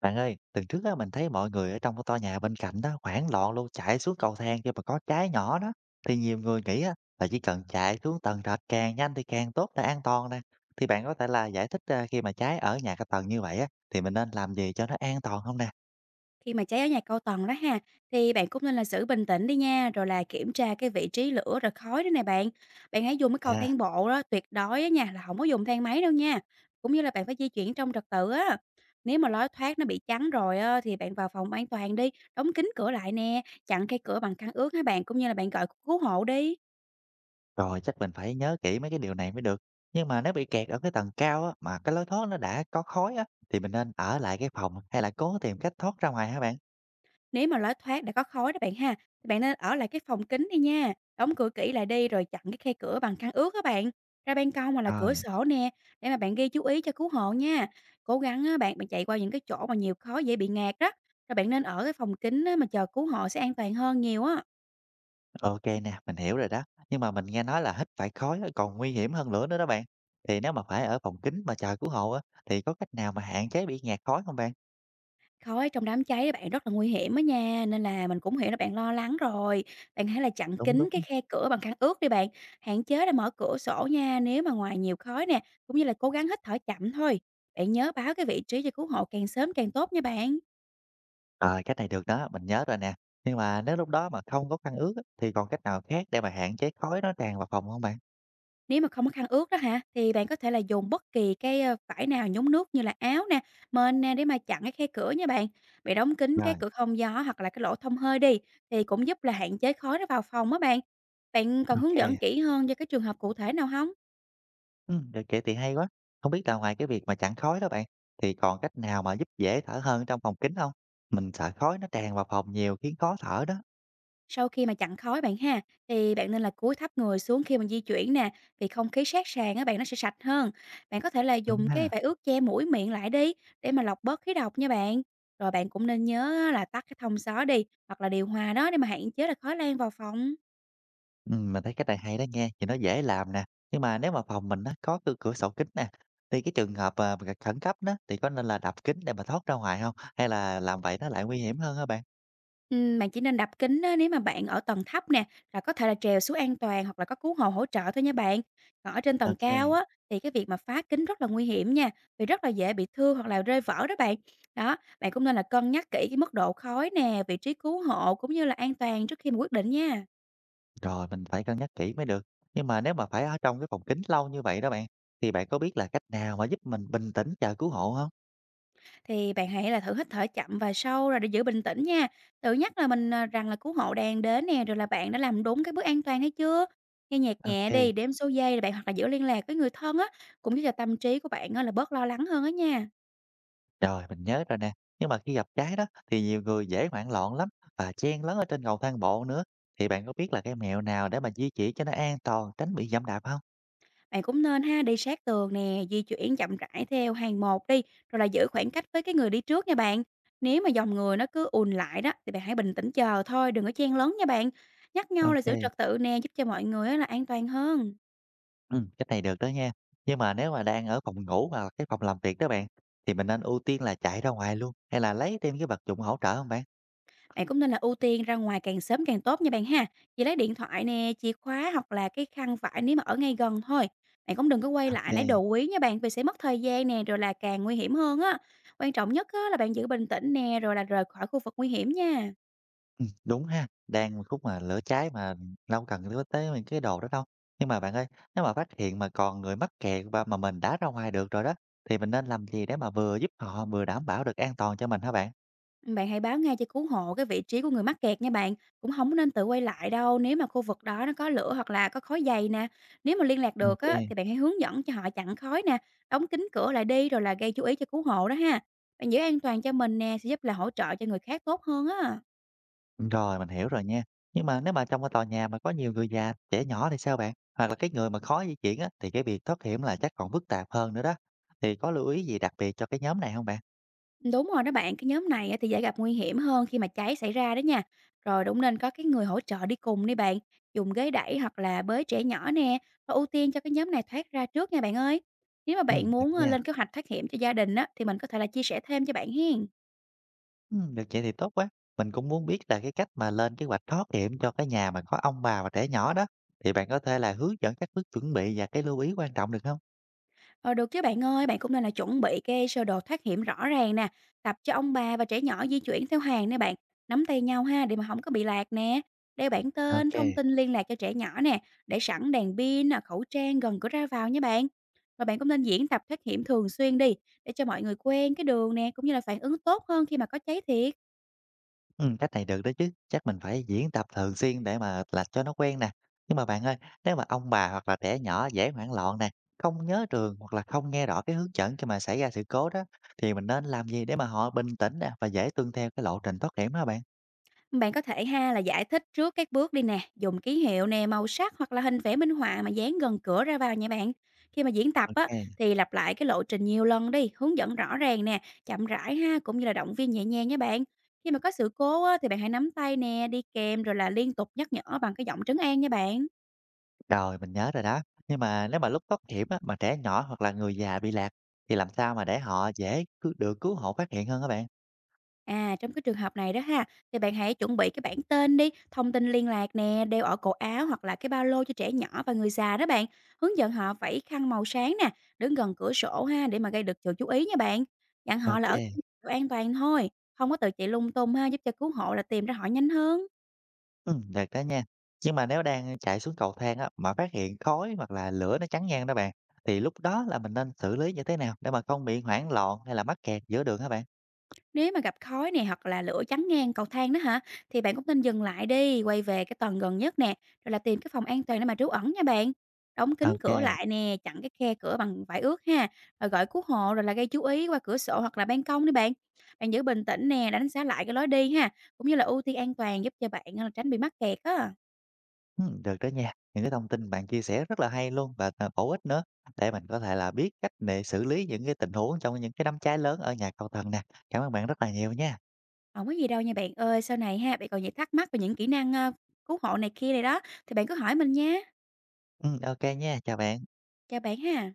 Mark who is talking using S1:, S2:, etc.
S1: Bạn ơi, tuần trước á, mình thấy mọi người ở trong cái tòa nhà bên cạnh đó hoảng loạn luôn chạy xuống cầu thang khi mà có cháy nhỏ đó. Thì nhiều người nghĩ á, là chỉ cần chạy xuống tầng trệt càng nhanh thì càng tốt là an toàn nè. Thì bạn có thể là giải thích à, khi mà cháy ở nhà cái tầng như vậy á, thì mình nên làm gì cho nó an toàn không nè?
S2: Khi mà cháy ở nhà cầu tầng đó ha, thì bạn cũng nên là giữ bình tĩnh đi nha, rồi là kiểm tra cái vị trí lửa rồi khói đó nè bạn. Bạn hãy dùng cái cầu
S1: À,
S2: thang bộ đó, tuyệt đối á nha, là không có dùng thang máy đâu nha. Cũng như là bạn phải di chuyển trong trật tự á. Nếu mà lối thoát nó bị chắn rồi á, thì bạn vào phòng an toàn đi, đóng kín cửa lại nè, chặn cái cửa bằng khăn ướt há bạn, cũng như là bạn gọi cứu hộ đi.
S1: rồi chắc mình phải nhớ kỹ mấy cái điều này mới được. Nhưng mà nếu bị kẹt ở cái tầng cao á, mà cái lối thoát nó đã có khói á, thì mình nên ở lại cái phòng hay là cố tìm cách thoát ra ngoài hả bạn?
S2: Nếu mà lối thoát đã có khói đó bạn ha, thì bạn nên ở lại cái phòng kính đi nha, đóng cửa kỹ lại đi rồi chặn cái khe cửa bằng khăn ướt các bạn. Ra ban công hoặc là
S1: Rồi.
S2: cửa sổ nè, để mà bạn ghi chú ý cho cứu hộ nha. Cố gắng á, bạn bạn chạy qua những cái chỗ mà nhiều khói dễ bị ngạt đó. Rồi bạn nên ở cái phòng kính á, mà chờ cứu hộ sẽ an toàn hơn nhiều á.
S1: OK nè, mình hiểu rồi đó. Nhưng mà mình nghe nói là hít phải khói á còn nguy hiểm hơn nữa đó đó bạn. Thì nếu mà phải ở phòng kín mà chờ cứu hộ á, thì có cách nào mà hạn chế bị ngạt khói không bạn?
S2: Khói trong đám cháy á bạn rất là nguy hiểm á nha, nên là mình cũng hiểu là bạn lo lắng rồi. Bạn hãy là chặn
S1: Đúng, đúng.
S2: kín cái khe cửa bằng khăn ướt đi bạn, hạn chế là mở cửa sổ nha nếu mà ngoài nhiều khói nè, cũng như là cố gắng hít thở chậm thôi. Bạn nhớ báo cái vị trí cho cứu hộ càng sớm càng tốt nha bạn.
S1: Rồi, cách này được đó, mình nhớ rồi nè. Nhưng mà nếu lúc đó mà không có khăn ướt á, thì còn cách nào khác để mà hạn chế khói nó tràn vào phòng không bạn?
S2: Nếu mà không có khăn ướt đó hả, thì bạn có thể là dùng bất kỳ cái, vải nào nhúng nước như là áo nè, mền nè để mà chặn cái khe cửa nha bạn. Bạn đóng kín cái
S1: Rồi,
S2: cửa thông gió hoặc là cái lỗ thông hơi đi, thì cũng giúp là hạn chế khói nó vào phòng á bạn. Bạn cần
S1: OK.
S2: hướng
S1: Ừ.
S2: dẫn kỹ hơn cho cái trường hợp cụ thể nào hông?
S1: Được vậy thì hay quá. Không biết là ngoài cái việc mà chặn khói đó bạn, thì còn cách nào mà giúp dễ thở hơn trong phòng kín không? Mình sợ khói nó tràn vào phòng nhiều khiến khó thở đó.
S2: Sau khi mà chặn khói bạn ha, thì bạn nên là cúi thấp người xuống khi mình di chuyển nè, vì không khí sát sàn á bạn nó sẽ sạch hơn. Bạn có thể là
S1: Đúng
S2: dùng cái
S1: ha?
S2: vải ướt che mũi miệng lại đi để mà lọc bớt khí độc nha bạn. Rồi bạn cũng nên nhớ là tắt cái thông gió đi hoặc là điều hòa đó để mà hạn chế là khói lan vào phòng.
S1: Mình thấy cái này hay đó nghe, thì nó dễ làm nè. Nhưng mà nếu mà phòng mình nó có cửa cửa sổ kính nè, thì cái trường hợp, à, c khẩn cấp đó, thì có nên là đập kính để mà thoát ra ngoài không? Hay là làm vậy nó lại nguy hiểm hơn hả bạn?
S2: Bạn chỉ nên đập kính á, nếu mà bạn ở tầng thấp nè, là có thể là trèo xuống an toàn hoặc là có cứu hộ hỗ trợ thôi nha bạn. Còn ở trên tầng cao
S1: OK,
S2: á, thì cái việc mà phá kính rất là nguy hiểm nha, vì rất là dễ bị thương hoặc là rơi vỡ đó bạn. Đó, bạn cũng nên là cân nhắc kỹ cái mức độ khói nè, vị trí cứu hộ cũng như là an toàn trước khi mà quyết định nha.
S1: rồi mình phải cân nhắc kỹ mới được. Nhưng mà nếu mà phải ở trong cái phòng kính lâu như vậy đó bạn, thì bạn có biết là cách nào mà giúp mình bình tĩnh chờ cứu hộ không?
S2: Thì bạn hãy là thử hít thở chậm và sâu rồi để giữ bình tĩnh nha. Tự nhắc là mình à, rằng là cứu hộ đang đến nè, rồi là bạn đã làm đúng cái bước an toàn hay chưa. Nghe nhạc nhẹ
S1: OK,
S2: đi, đếm số giây rồi bạn hoặc là giữ liên lạc với người thân á, cũng giúp cho tâm trí của bạn á, là bớt lo lắng hơn á nha.
S1: rồi mình nhớ rồi nè. Nhưng mà khi gặp cháy đó, thì nhiều người dễ hoảng loạn lắm và chen lấn ở trên cầu thang bộ nữa, thì bạn có biết là cái mẹo nào để mà di chuyển cho nó an toàn, tránh bị giẫm đạp không?
S2: Bạn cũng nên ha đi sát tường nè, di chuyển chậm rãi theo hàng một đi, rồi là giữ khoảng cách với cái người đi trước nha bạn. Nếu mà dòng người nó cứ ùn lại đó thì bạn hãy bình tĩnh chờ thôi, đừng có chen lấn nha bạn. Nhắc nhau là
S1: OK,
S2: giữ
S1: kê,
S2: trật tự nè, giúp cho mọi người á, là an toàn hơn.
S1: cách này được đó nha. Nhưng mà nếu mà đang ở phòng ngủ hoặc là cái phòng làm việc đó bạn, thì mình nên ưu tiên là chạy ra ngoài luôn, hay là lấy thêm cái vật dụng hỗ trợ không bạn?
S2: Bạn cũng nên là ưu tiên ra ngoài càng sớm càng tốt nha bạn ha. Chỉ lấy điện thoại nè, chìa khóa hoặc là cái khăn vải nếu mà ở ngay gần thôi. Bạn cũng đừng có quay
S1: OK,
S2: lại
S1: kê,
S2: lấy đồ quý nha bạn vì sẽ mất thời gian nè rồi là càng nguy hiểm hơn á. Quan trọng nhất á, là bạn giữ bình tĩnh nè rồi là rời khỏi khu vực nguy hiểm nha.
S1: đúng ha, đang một khúc mà lửa cháy mà đâu cần lứa tới những cái đồ đó đâu. Nhưng mà bạn ơi, nếu mà phát hiện mà còn người mắc kẹt và mà mình đã ra ngoài được rồi đó, thì mình nên làm gì để mà vừa giúp họ vừa đảm bảo được an toàn cho mình hả bạn?
S2: Bạn hãy báo ngay cho cứu hộ cái vị trí của người mắc kẹt nha bạn, cũng không có nên tự quay lại đâu nếu mà khu vực đó nó có lửa hoặc là có khói dày nè. Nếu mà liên lạc được á
S1: OK.
S2: thì bạn hãy hướng dẫn cho họ chặn khói nè, đóng kín cửa lại đi rồi là gây chú ý cho cứu hộ đó ha. Bạn giữ an toàn cho mình nè sẽ giúp là hỗ trợ cho người khác tốt hơn á.
S1: Rồi, mình hiểu rồi nha. Nhưng mà nếu mà trong cái tòa nhà mà có nhiều người già, trẻ nhỏ thì sao bạn? Hoặc là cái người mà khó di chuyển á, thì cái việc thoát hiểm là chắc còn phức tạp hơn nữa đó. Thì có lưu ý gì đặc biệt cho cái nhóm này không bạn?
S2: Đúng rồi đó bạn, cái nhóm này á thì dễ gặp nguy hiểm hơn khi mà cháy xảy ra đó nha. Rồi đúng nên có cái người hỗ trợ đi cùng đi bạn, dùng ghế đẩy hoặc là bới trẻ nhỏ nè, và ưu tiên cho cái nhóm này thoát ra trước nha bạn ơi. Nếu mà
S1: Ừ,
S2: bạn
S1: được
S2: muốn
S1: nha.
S2: lên kế hoạch thoát hiểm cho gia đình á, thì mình có thể là chia sẻ thêm cho bạn hen.
S1: Ừ, được vậy thì tốt quá. Mình cũng muốn biết là cái cách mà lên kế hoạch thoát hiểm cho cái nhà mà có ông bà và trẻ nhỏ đó. Thì bạn có thể là hướng dẫn các bước chuẩn bị và cái lưu ý quan trọng được không?
S2: Ờ, được chứ bạn ơi, bạn cũng nên là chuẩn bị cái sơ đồ thoát hiểm rõ ràng nè, tập cho ông bà và trẻ nhỏ di chuyển theo hàng nè bạn, nắm tay nhau ha để mà không có bị lạc nè, đeo bảng tên, thông
S1: OK.
S2: tin liên lạc cho trẻ nhỏ nè, để sẵn đèn pin nè, khẩu trang gần cửa ra vào nha bạn. Và bạn cũng nên diễn tập thoát hiểm thường xuyên đi, để cho mọi người quen cái đường nè, cũng như là phản ứng tốt hơn khi mà có cháy thiệt.
S1: Cách này được đó chứ, chắc mình phải diễn tập thường xuyên để mà là cho nó quen nè. Nhưng mà bạn ơi, nếu mà ông bà hoặc là trẻ nhỏ dễ hoảng loạn nè, không nhớ trường hoặc là không nghe rõ cái hướng dẫn khi mà xảy ra sự cố đó, thì mình nên làm gì để mà họ bình tĩnh nè và dễ tuân theo cái lộ trình thoát hiểm hả bạn?
S2: Bạn có thể ha là giải thích trước các bước đi nè, dùng ký hiệu nè, màu sắc hoặc là hình vẽ minh họa mà dán gần cửa ra vào nha bạn. Khi mà diễn tập á
S1: OK,
S2: thì lặp lại cái lộ trình nhiều lần đi, hướng dẫn rõ ràng nè, chậm rãi ha cũng như là động viên nhẹ nhàng nha bạn. Khi mà có sự cố á, thì bạn hãy nắm tay nè, đi kèm rồi là liên tục nhắc nhở bằng cái giọng trấn an nha bạn.
S1: rồi mình nhớ rồi đó. Nhưng mà nếu mà lúc thoát hiểm á, mà trẻ nhỏ hoặc là người già bị lạc, thì làm sao mà để họ dễ cứu được cứu hộ phát hiện hơn các bạn?
S2: À, trong cái trường hợp này đó ha, thì bạn hãy chuẩn bị cái bảng tên đi, thông tin liên lạc nè, đeo ở cổ áo hoặc là cái ba lô cho trẻ nhỏ và người già đó bạn. Hướng dẫn họ vẫy khăn màu sáng nè, đứng gần cửa sổ ha để mà gây được sự chú ý nha bạn. Dặn họ là ở
S1: OK.
S2: chỗ an toàn thôi, không có tự chạy lung tung ha, giúp cho cứu hộ là tìm ra họ nhanh hơn.
S1: Được đó nha. Nhưng mà nếu đang chạy xuống cầu thang á, mà phát hiện khói hoặc là lửa nó chắn ngang đó bạn, thì lúc đó là mình nên xử lý như thế nào để mà không bị hoảng loạn hay là mắc kẹt giữa đường hả bạn?
S2: Nếu mà gặp khói nè hoặc là lửa chắn ngang cầu thang đó hả, thì bạn cũng nên dừng lại đi, quay về cái tầng gần nhất nè, rồi là tìm cái phòng an toàn để mà trú ẩn nha bạn. Đóng kín
S1: OK, kê,
S2: cửa lại nè, chặn cái khe cửa bằng vải ướt ha, rồi gọi cứu hộ rồi là gây chú ý qua cửa sổ hoặc là ban công đi bạn. Bạn giữ bình tĩnh nè, đánh giá lại cái lối đi ha, cũng như là ưu tiên an toàn giúp cho bạn tránh bị mắc kẹt á.
S1: được đó nha. Những cái thông tin bạn chia sẻ rất là hay luôn và bổ ích nữa, để mình có thể là biết cách để xử lý những cái tình huống trong những cái đám cháy lớn ở nhà cầu thần nè. Cảm ơn bạn rất là nhiều nha.
S2: Không có gì đâu nha bạn ơi, sau này ha, bạn còn những thắc mắc về những kỹ năng cứu hộ này kia này đó, thì bạn cứ hỏi mình nha.
S1: Ô nha, chào bạn.
S2: Chào bạn ha.